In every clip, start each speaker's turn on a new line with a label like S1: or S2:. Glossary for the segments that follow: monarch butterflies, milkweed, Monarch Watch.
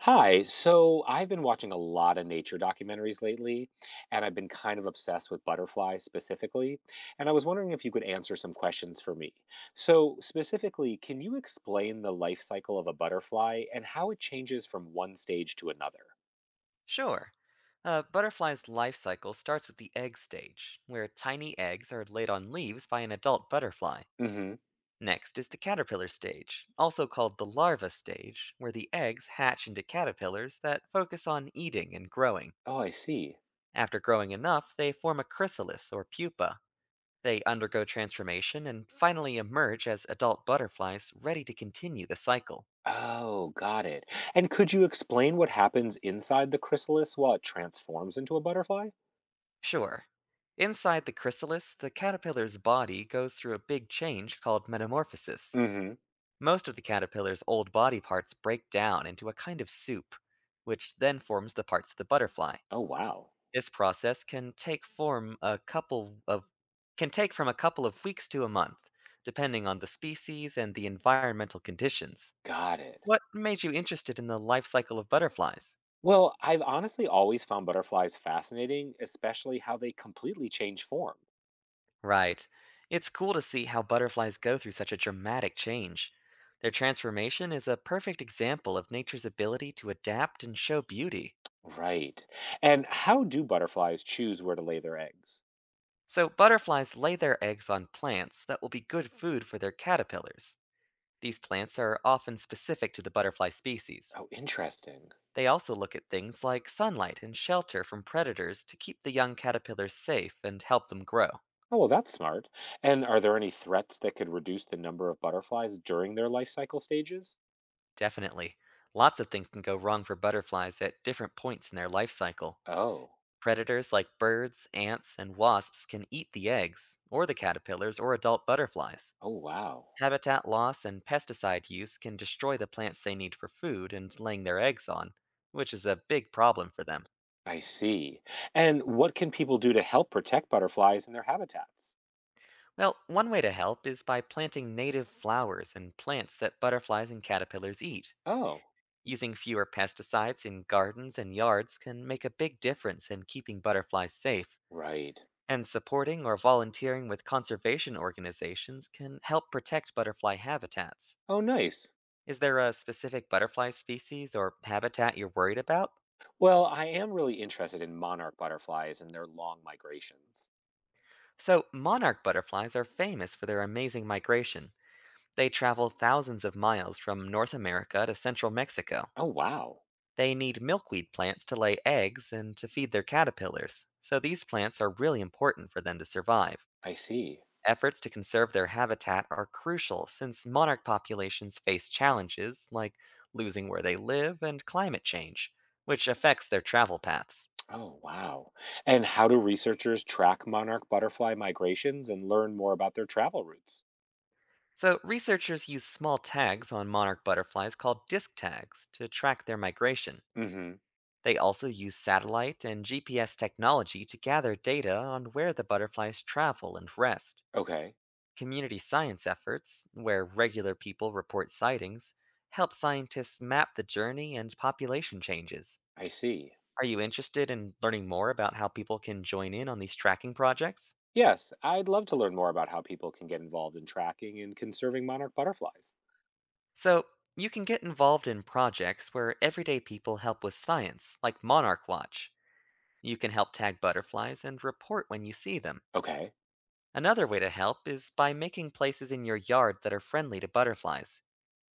S1: Hi. So I've been watching a lot of nature documentaries lately, and I've been kind of obsessed with butterflies specifically. And I was wondering if you could answer some questions for me. So, specifically, can you explain the life cycle of a butterfly and how it changes from one stage to another?
S2: Sure. A butterfly's life cycle starts with the egg stage, where tiny eggs are laid on leaves by an adult butterfly.
S1: Mm-hmm.
S2: Next is the caterpillar stage, also called the larva stage, where the eggs hatch into caterpillars that focus on eating and growing.
S1: Oh, I see.
S2: After growing enough, they form a chrysalis or pupa. They undergo transformation and finally emerge as adult butterflies ready to continue the cycle.
S1: Oh, got it. And could you explain what happens inside the chrysalis while it transforms into a butterfly?
S2: Sure. Inside the chrysalis, the caterpillar's body goes through a big change called metamorphosis.
S1: Mm-hmm.
S2: Most of the caterpillar's old body parts break down into a kind of soup, which then forms the parts of the butterfly.
S1: Oh, wow.
S2: This process can take from a couple of weeks to a month, depending on the species and the environmental conditions.
S1: Got it.
S2: What made you interested in the life cycle of butterflies?
S1: Well, I've honestly always found butterflies fascinating, especially how they completely change form.
S2: Right. It's cool to see how butterflies go through such a dramatic change. Their transformation is a perfect example of nature's ability to adapt and show beauty.
S1: Right. And how do butterflies choose where to lay their eggs?
S2: So, butterflies lay their eggs on plants that will be good food for their caterpillars. These plants are often specific to the butterfly species.
S1: Oh, interesting.
S2: They also look at things like sunlight and shelter from predators to keep the young caterpillars safe and help them grow.
S1: Oh, well, that's smart. And are there any threats that could reduce the number of butterflies during their life cycle stages?
S2: Definitely. Lots of things can go wrong for butterflies at different points in their life cycle.
S1: Oh,
S2: Predators like birds, ants, and wasps can eat the eggs, or the caterpillars or adult butterflies.
S1: oh, wow.
S2: Habitat loss and pesticide use can destroy the plants they need for food and laying their eggs on, which is a big problem for them.
S1: I see. And what can people do to help protect butterflies and their habitats?
S2: Well, one way to help is by planting native flowers and plants that butterflies and caterpillars eat.
S1: Oh,
S2: Using fewer pesticides in gardens and yards can make a big difference in keeping butterflies safe,
S1: right.
S2: and supporting or volunteering with conservation organizations can help protect butterfly habitats.
S1: Oh, nice.
S2: Is there a specific butterfly species or habitat you're worried about?
S1: Well, I am really interested in monarch butterflies and their long migrations.
S2: So, monarch butterflies are famous for their amazing migration. They travel thousands of miles from North America to central Mexico.
S1: Oh, wow.
S2: They need milkweed plants to lay eggs and to feed their caterpillars, so these plants are really important for them to survive.
S1: I see.
S2: Efforts to conserve their habitat are crucial since monarch populations face challenges like losing where they live and climate change, which affects their travel paths.
S1: Oh, wow. And how do researchers track monarch butterfly migrations and learn more about their travel routes?
S2: So, researchers use small tags on monarch butterflies called disc tags to track their migration.
S1: Hmm.
S2: They also use satellite and GPS technology to gather data on where the butterflies travel and rest.
S1: Okay.
S2: Community science efforts, where regular people report sightings, help scientists map the journey and population changes.
S1: I see.
S2: Are you interested in learning more about how people can join in on these tracking projects?
S1: Yes, I'd love to learn more about how people can get involved in tracking and conserving monarch butterflies.
S2: So, you can get involved in projects where everyday people help with science, like Monarch Watch. You can help tag butterflies and report when you see them.
S1: Okay.
S2: Another way to help is by making places in your yard that are friendly to butterflies.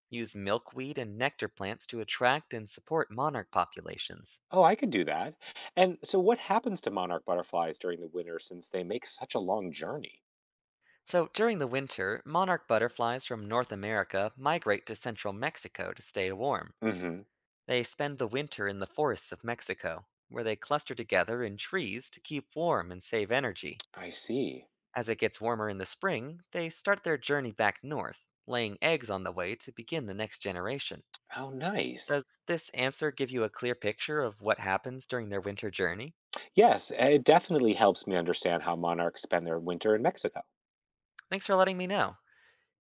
S2: Use milkweed and nectar plants to attract and support monarch populations.
S1: Oh, I could do that. And so, what happens to monarch butterflies during the winter since they make such a long journey?
S2: So, during the winter, monarch butterflies from North America migrate to central Mexico to stay warm.
S1: Hmm.
S2: They spend the winter in the forests of Mexico, where they cluster together in trees to keep warm and save energy.
S1: I see.
S2: As it gets warmer in the spring, they start their journey back north, laying eggs on the way to begin the next generation.
S1: How nice.
S2: Does this answer give you a clear picture of what happens during their winter journey?
S1: Yes, it definitely helps me understand how monarchs spend their winter in Mexico.
S2: Thanks for letting me know.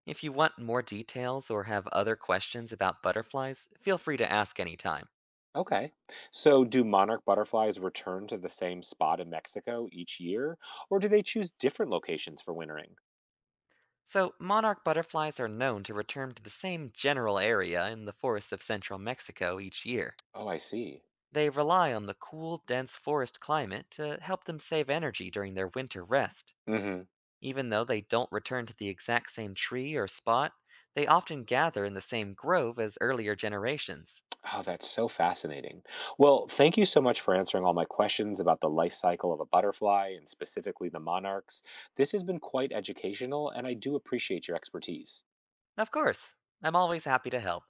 S2: If you want more details or have other questions about butterflies, feel free to ask anytime.
S1: Okay. So, do monarch butterflies return to the same spot in Mexico each year, or do they choose different locations for wintering?
S2: So, monarch butterflies are known to return to the same general area in the forests of central Mexico each year.
S1: Oh, I see.
S2: They rely on the cool, dense forest climate to help them save energy during their winter rest.
S1: Hmm.
S2: Even though they don't return to the exact same tree or spot, they often gather in the same grove as earlier generations.
S1: Oh, that's so fascinating. Well, thank you so much for answering all my questions about the life cycle of a butterfly and specifically the monarchs. This has been quite educational, and I do appreciate your expertise.
S2: Of course, I'm always happy to help.